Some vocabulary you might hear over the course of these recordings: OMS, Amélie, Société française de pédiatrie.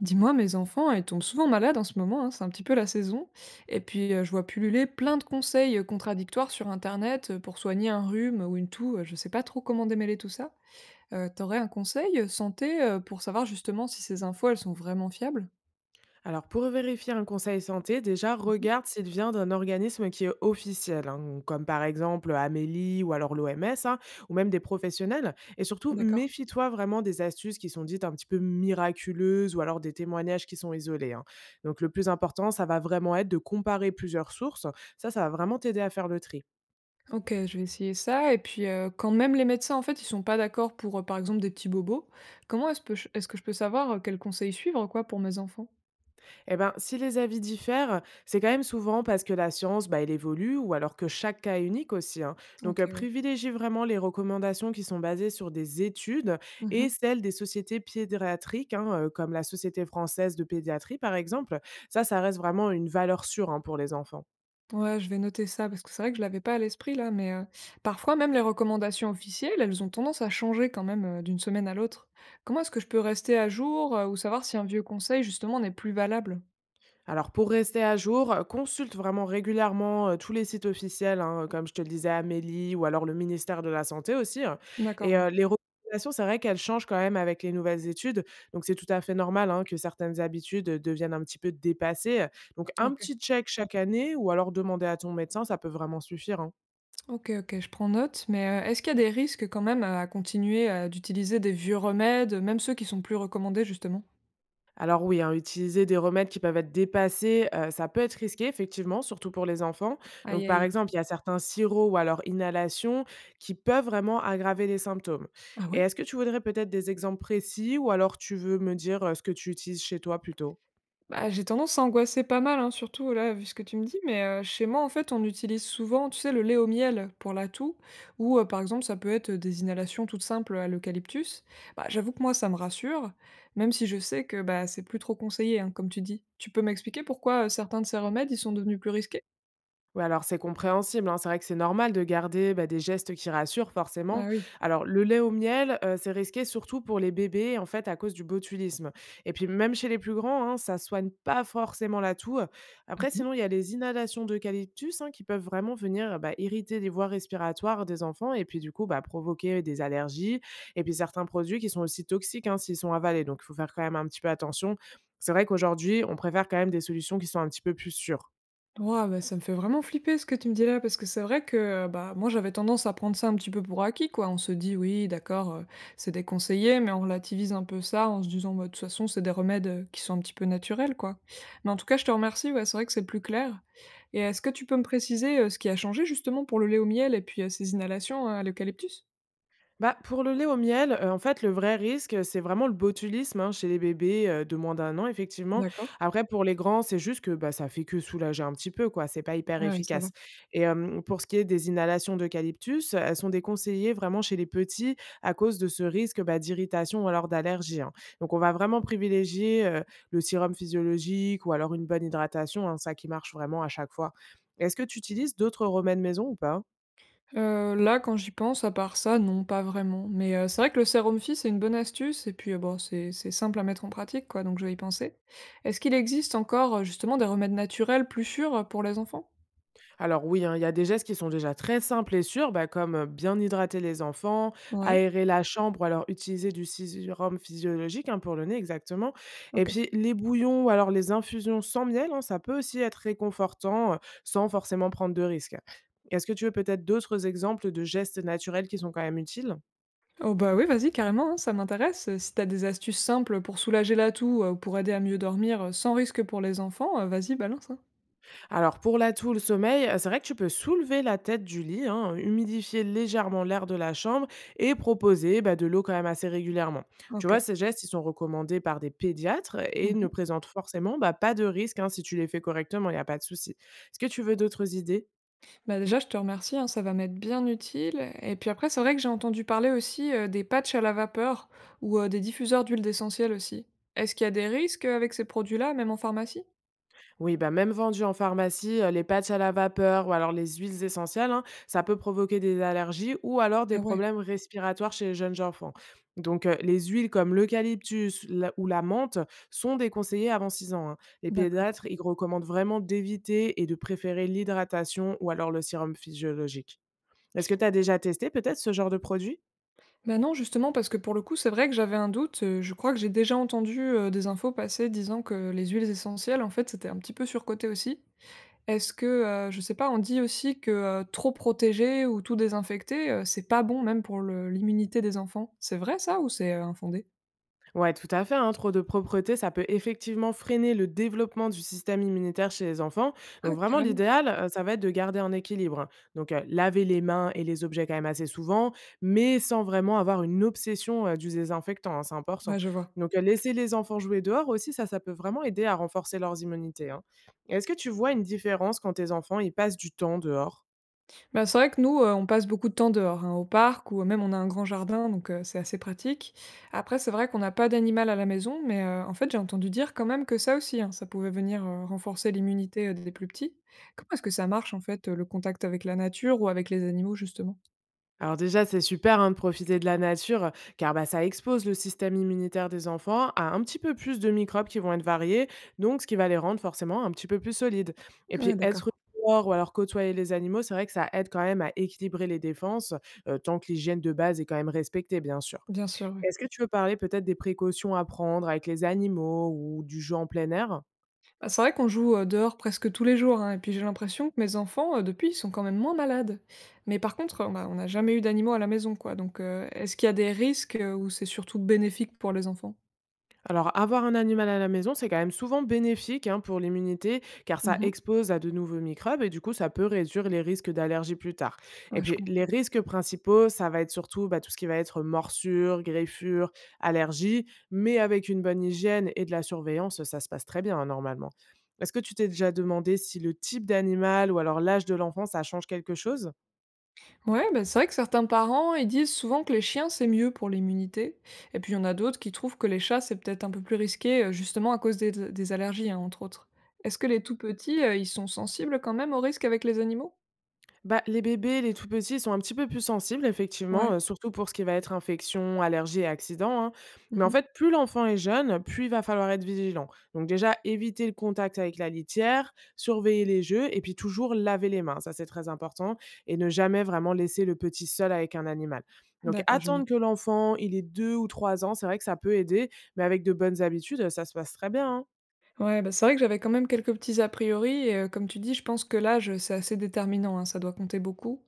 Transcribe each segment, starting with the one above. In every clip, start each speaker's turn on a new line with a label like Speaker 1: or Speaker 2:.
Speaker 1: Dis-moi, mes enfants, ils tombent souvent malades en ce moment, hein, c'est un petit peu la saison. Et puis, je vois pulluler plein de conseils contradictoires sur Internet pour soigner un rhume ou une toux. Je sais pas trop comment démêler tout ça. T'aurais un conseil santé pour savoir justement si ces infos, elles sont vraiment fiables?
Speaker 2: Alors, pour vérifier un conseil santé, déjà,
Speaker 1: Mhm.
Speaker 2: regarde s'il vient d'un organisme qui est officiel, hein, comme par exemple Amélie ou alors l'OMS, ou même des professionnels. Et surtout,
Speaker 1: D'accord.
Speaker 2: méfie-toi vraiment des astuces qui sont dites un petit peu miraculeuses ou alors des témoignages qui sont isolés, hein. Donc, le plus important, ça va vraiment être de comparer plusieurs sources. Ça va vraiment t'aider à faire le tri.
Speaker 1: Ok, je vais essayer ça. Et puis, quand même les médecins, en fait, ils sont pas d'accord pour, par exemple, des petits bobos, comment est-ce que je peux savoir quels conseils suivre, quoi, pour mes enfants?
Speaker 2: Eh ben, si les avis diffèrent, c'est quand même souvent parce que la science, bah, elle évolue ou alors que chaque cas est unique aussi, hein. Donc,
Speaker 1: Ok, ouais.
Speaker 2: privilégie vraiment les recommandations qui sont basées sur des études
Speaker 1: Mhm.
Speaker 2: et celles des sociétés pédiatriques, hein, comme la Société française de pédiatrie, par exemple. Ça reste vraiment une valeur sûre, hein, pour les enfants.
Speaker 1: Ouais, je vais noter ça parce que c'est vrai que je l'avais pas à l'esprit là, mais parfois même les recommandations officielles, elles ont tendance à changer quand même d'une semaine à l'autre. Comment est-ce que je peux rester à jour ou savoir si un vieux conseil justement n'est plus valable?
Speaker 2: Alors pour rester à jour, consulte vraiment régulièrement, tous les sites officiels, hein, comme je te le disais, Amélie ou alors le ministère de la santé aussi, hein,
Speaker 1: D'accord,
Speaker 2: et
Speaker 1: ouais.
Speaker 2: les recommandations, c'est vrai qu'elles changent quand même avec les nouvelles études, donc c'est tout à fait normal, hein, que certaines habitudes, deviennent un petit peu dépassées, donc un
Speaker 1: Ok,
Speaker 2: petit check chaque année ou alors demander à ton médecin, ça peut vraiment suffire, hein.
Speaker 1: ok, ok, je prends note, mais est-ce qu'il y a des risques quand même à continuer d'utiliser des vieux remèdes, même ceux qui sont plus recommandés justement?
Speaker 2: Alors oui, hein, utiliser des remèdes qui peuvent être dépassés, ça peut être risqué effectivement, surtout pour les enfants.
Speaker 1: Aïe,
Speaker 2: Donc par
Speaker 1: aïe.
Speaker 2: exemple, il y a certains sirops ou alors inhalations qui peuvent vraiment aggraver les symptômes.
Speaker 1: Ah
Speaker 2: Et
Speaker 1: ouais?
Speaker 2: est-ce que tu voudrais peut-être des exemples précis ou alors tu veux me dire, ce que tu utilises chez toi plutôt?
Speaker 1: Bah, j'ai tendance à angoisser pas mal, hein, surtout là, vu ce que tu me dis, mais chez moi, en fait, on utilise souvent, tu sais, le lait au miel pour la toux ou, par exemple, ça peut être des inhalations toutes simples à l'eucalyptus. Bah, j'avoue que moi, ça me rassure, même si je sais que, bah, c'est plus trop conseillé, hein, comme tu dis. Tu peux m'expliquer pourquoi, certains de ces remèdes, ils sont devenus plus risqués?
Speaker 2: Oui, alors c'est compréhensible, hein. C'est vrai que c'est normal de garder, bah, des gestes qui rassurent
Speaker 1: Ah
Speaker 2: forcément.
Speaker 1: oui.
Speaker 2: Alors le lait au miel, c'est risqué surtout pour les bébés, en fait, à cause du botulisme et puis même chez les plus grands, hein, ça soigne pas forcément la toux. Après sinon, il y a les inhalations d'eucalyptus, hein, qui peuvent vraiment venir, bah, irriter les voies respiratoires des enfants et puis du coup, bah, provoquer des allergies et puis certains produits qui sont aussi toxiques, hein, s'ils sont avalés, donc il faut faire quand même un petit peu attention. C'est vrai qu'aujourd'hui, on préfère quand même des solutions qui sont un petit peu plus sûres.
Speaker 1: Ouah, bah, ça me fait vraiment flipper ce que tu me dis là, parce que c'est vrai que bah, moi j'avais tendance à prendre ça un petit peu pour acquis, quoi. On se dit, oui, d'accord, c'est déconseillé, mais on relativise un peu ça en se disant, bah, de toute façon, c'est des remèdes qui sont un petit peu naturels, quoi. Mais en tout cas, je te remercie, ouais, c'est vrai que c'est plus clair. Et est-ce que tu peux me préciser ce qui a changé justement pour le lait au miel et puis ces inhalations à l'eucalyptus?
Speaker 2: Bah, pour le lait au miel, en fait, le vrai risque, c'est vraiment le botulisme, hein, chez les bébés, de moins d'1 an, effectivement.
Speaker 1: D'accord.
Speaker 2: Après, pour les grands, c'est juste que, bah, ça fait que soulager un petit peu, quoi, c'est pas hyper
Speaker 1: Ouais, ça va.
Speaker 2: efficace et pour ce qui est des inhalations d'eucalyptus, elles sont déconseillées vraiment chez les petits à cause de ce risque, bah, d'irritation ou alors d'allergie, hein. Donc on va vraiment privilégier, le sérum physiologique ou alors une bonne hydratation, hein, ça qui marche vraiment à chaque fois. Est-ce que tu utilises d'autres remèdes maison ou pas?
Speaker 1: Là, quand j'y pense, à part ça, non, pas vraiment. Mais, c'est vrai que le sérum Phi, c'est une bonne astuce et puis, bon, c'est simple à mettre en pratique, quoi, donc je vais y penser. Est-ce qu'il existe encore, justement des remèdes naturels plus sûrs, pour les enfants?
Speaker 2: Alors oui, hein, il y a des gestes qui sont déjà très simples et sûrs, bah, comme bien hydrater les enfants,
Speaker 1: Ouais,
Speaker 2: aérer la chambre, ou alors utiliser du sérum physiologique, hein, pour le nez, exactement. Et
Speaker 1: OK.
Speaker 2: puis les bouillons ou alors les infusions sans miel, hein, ça peut aussi être réconfortant sans forcément prendre de risques. Est-ce que tu veux peut-être d'autres exemples de gestes naturels qui sont quand même utiles?
Speaker 1: Oh bah, oui, vas-y, carrément, hein, ça m'intéresse. Si t'as des astuces simples pour soulager la toux, ou pour aider à mieux dormir, sans risque pour les enfants, vas-y, balance, hein.
Speaker 2: Alors pour l'atout, le sommeil, c'est vrai que tu peux soulever la tête du lit, hein, humidifier légèrement l'air de la chambre et proposer, bah, de l'eau quand même assez régulièrement. Tu
Speaker 1: OK.
Speaker 2: vois, ces gestes, ils sont recommandés par des pédiatres et
Speaker 1: Mmh.
Speaker 2: ne présentent forcément, bah, pas de risque, hein, si tu les fais correctement, il n'y a pas de souci. Est-ce que tu veux d'autres idées?
Speaker 1: Bah, déjà, je te remercie, hein, ça va m'être bien utile. Et puis après, c'est vrai que j'ai entendu parler aussi des patchs à la vapeur ou des diffuseurs d'huile d'essentiel aussi. Est-ce qu'il y a des risques avec ces produits-là, même en pharmacie?
Speaker 2: Oui, bah, même vendues en pharmacie, les patchs à la vapeur ou alors les huiles essentielles, hein, ça peut provoquer des allergies ou alors des
Speaker 1: Ah ouais,
Speaker 2: problèmes respiratoires chez les jeunes enfants. Donc, les huiles comme l'eucalyptus la ou la menthe sont déconseillées avant 6 ans, hein. Les
Speaker 1: d'accord.
Speaker 2: pédiatres, ils recommandent vraiment d'éviter et de préférer l'hydratation ou alors le sérum physiologique. Est-ce que tu as déjà testé peut-être ce genre de produit?
Speaker 1: Bah non, justement, parce que pour le coup, c'est vrai que j'avais un doute. Je crois que j'ai déjà entendu des infos passer disant que les huiles essentielles, en fait, c'était un petit peu surcoté aussi. Est-ce que, je sais pas, on dit aussi que trop protégé ou tout désinfecté, c'est pas bon même pour l'immunité des enfants. C'est vrai ça ou c'est infondé?
Speaker 2: Ouais, tout à fait, hein. Trop de propreté, ça peut effectivement freiner le développement du système immunitaire chez les enfants. Donc
Speaker 1: Ah,
Speaker 2: vraiment,
Speaker 1: carrément.
Speaker 2: l'idéal, ça va être de garder un équilibre, hein. Donc laver les mains et les objets quand même assez souvent, mais sans vraiment avoir une obsession du désinfectant, hein, c'est important.
Speaker 1: Ouais, je vois.
Speaker 2: Donc laisser les enfants jouer dehors aussi, ça peut vraiment aider à renforcer leurs immunités, hein. Est-ce que tu vois une différence quand tes enfants ils passent du temps dehors?
Speaker 1: Bah, c'est vrai que nous, on passe beaucoup de temps dehors, hein, au parc ou même on a un grand jardin donc c'est assez pratique. Après c'est vrai qu'on n'a pas d'animal à la maison mais en fait, j'ai entendu dire quand même que ça aussi, hein, ça pouvait venir, renforcer l'immunité, des plus petits. Comment est-ce que ça marche en fait, le contact avec la nature ou avec les animaux justement?
Speaker 2: Alors déjà, c'est super, hein, de profiter de la nature, car bah, ça expose le système immunitaire des enfants à un petit peu plus de microbes qui vont être variés, donc ce qui va les rendre forcément un petit peu plus solides. Et
Speaker 1: Ouais,
Speaker 2: puis être
Speaker 1: d'accord,
Speaker 2: dehors ou alors côtoyer les animaux, c'est vrai que ça aide quand même à équilibrer les défenses, tant que l'hygiène de base est quand même respectée, bien sûr.
Speaker 1: bien sûr, ouais.
Speaker 2: Est-ce que tu veux parler peut-être des précautions à prendre avec les animaux ou du jeu en plein air?
Speaker 1: Bah, c'est vrai qu'on joue, dehors presque tous les jours, hein et puis j'ai l'impression que mes enfants, depuis, ils sont quand même moins malades. Mais par contre, on n'a jamais eu d'animaux à la maison, quoi, donc est-ce qu'il y a des risques, ou c'est surtout bénéfique pour les enfants?
Speaker 2: Alors, avoir un animal à la maison, c'est quand même souvent bénéfique, hein, pour l'immunité, car ça
Speaker 1: Mmh.
Speaker 2: expose à de nouveaux microbes et du coup, ça peut réduire les risques d'allergie plus tard. Et
Speaker 1: Ouais, je
Speaker 2: puis, les
Speaker 1: comprends.
Speaker 2: risques principaux, ça va être surtout bah, tout ce qui va être morsure, greffure, allergie, mais avec une bonne hygiène et de la surveillance, ça se passe très bien, hein, normalement. Est-ce que tu t'es déjà demandé si le type d'animal ou alors l'âge de l'enfant, ça change quelque chose?
Speaker 1: Ouais, bah, c'est vrai que certains parents, ils disent souvent que les chiens, c'est mieux pour l'immunité et puis il y en a d'autres qui trouvent que les chats, c'est peut-être un peu plus risqué, justement à cause des allergies, hein, entre autres. Est-ce que les tout petits, ils sont sensibles quand même aux risques avec les animaux?
Speaker 2: Bah, les bébés, les tout petits, ils sont un petit peu plus sensibles effectivement,
Speaker 1: Ouais.
Speaker 2: surtout pour ce qui va être infection, allergie et accident, hein. Mais en
Speaker 1: Mmh.
Speaker 2: fait, plus l'enfant est jeune, plus il va falloir être vigilant. Donc déjà, éviter le contact avec la litière, surveiller les jeux et puis toujours laver les mains, ça c'est très important, et ne jamais vraiment laisser le petit seul avec un animal. Donc
Speaker 1: D'accord, je.
Speaker 2: attendre que l'enfant, il ait 2 ou 3 ans, c'est vrai que ça peut aider, mais avec de bonnes habitudes, ça se passe très bien, hein.
Speaker 1: Ouais, bah, c'est vrai que j'avais quand même quelques petits a priori et comme tu dis, je pense que l'âge, c'est assez déterminant, hein, ça doit compter beaucoup.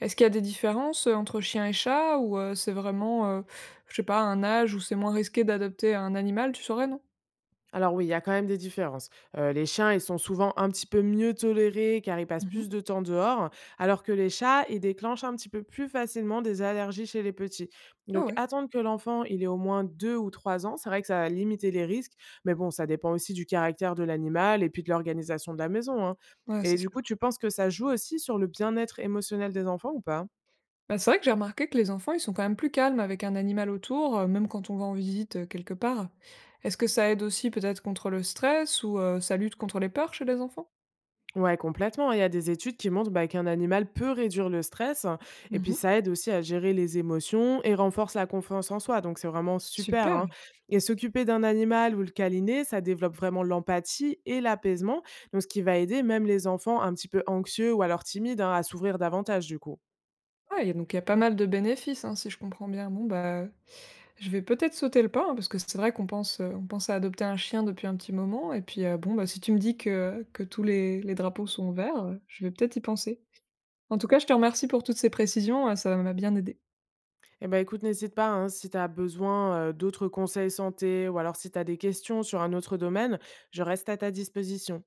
Speaker 1: Est-ce qu'il y a des différences, entre chien et chat ou c'est vraiment, je sais pas, un âge où c'est moins risqué d'adopter un animal, tu saurais, non?
Speaker 2: Alors oui, il y a quand même des différences. Les chiens, ils sont souvent un petit peu mieux tolérés car ils passent
Speaker 1: Mmh.
Speaker 2: plus de temps dehors, alors que les chats, ils déclenchent un petit peu plus facilement des allergies chez les petits.
Speaker 1: Ah
Speaker 2: Donc
Speaker 1: ouais,
Speaker 2: attendre que l'enfant, il ait au moins deux ou trois ans, c'est vrai que ça va limiter les risques, mais bon, ça dépend aussi du caractère de l'animal et puis de l'organisation de la maison, hein.
Speaker 1: ouais, c'est
Speaker 2: Et du coup,
Speaker 1: sûr.
Speaker 2: tu penses que ça joue aussi sur le bien-être émotionnel des enfants ou pas?
Speaker 1: Bah, c'est vrai que j'ai remarqué que les enfants, ils sont quand même plus calmes avec un animal autour, même quand on va en visite, quelque part. Est-ce que ça aide aussi peut-être contre le stress ou ça lutte contre les peurs chez les enfants?
Speaker 2: Ouais, complètement, hein. Il y a des études qui montrent bah, qu'un animal peut réduire le stress et puis
Speaker 1: Mmh.
Speaker 2: ça aide aussi à gérer les émotions et renforce la confiance en soi. Donc c'est vraiment super, hein.
Speaker 1: Super!
Speaker 2: Et s'occuper d'un animal ou le câliner, ça développe vraiment l'empathie et l'apaisement. Donc ce qui va aider même les enfants un petit peu anxieux ou alors timides, hein, à s'ouvrir davantage du coup.
Speaker 1: Ouais, et donc il y a pas mal de bénéfices, hein, si je comprends bien. Bon, bah, je vais peut-être sauter le pas, hein, parce que c'est vrai qu'on pense, on pense à adopter un chien depuis un petit moment et puis, bon, bah, si tu me dis que tous les drapeaux sont verts, je vais peut-être y penser. En tout cas, je te remercie pour toutes ces précisions, ça m'a bien aidé.
Speaker 2: Eh ben écoute, n'hésite pas, hein, si tu as besoin d'autres conseils santé ou alors si tu as des questions sur un autre domaine, je reste à ta disposition.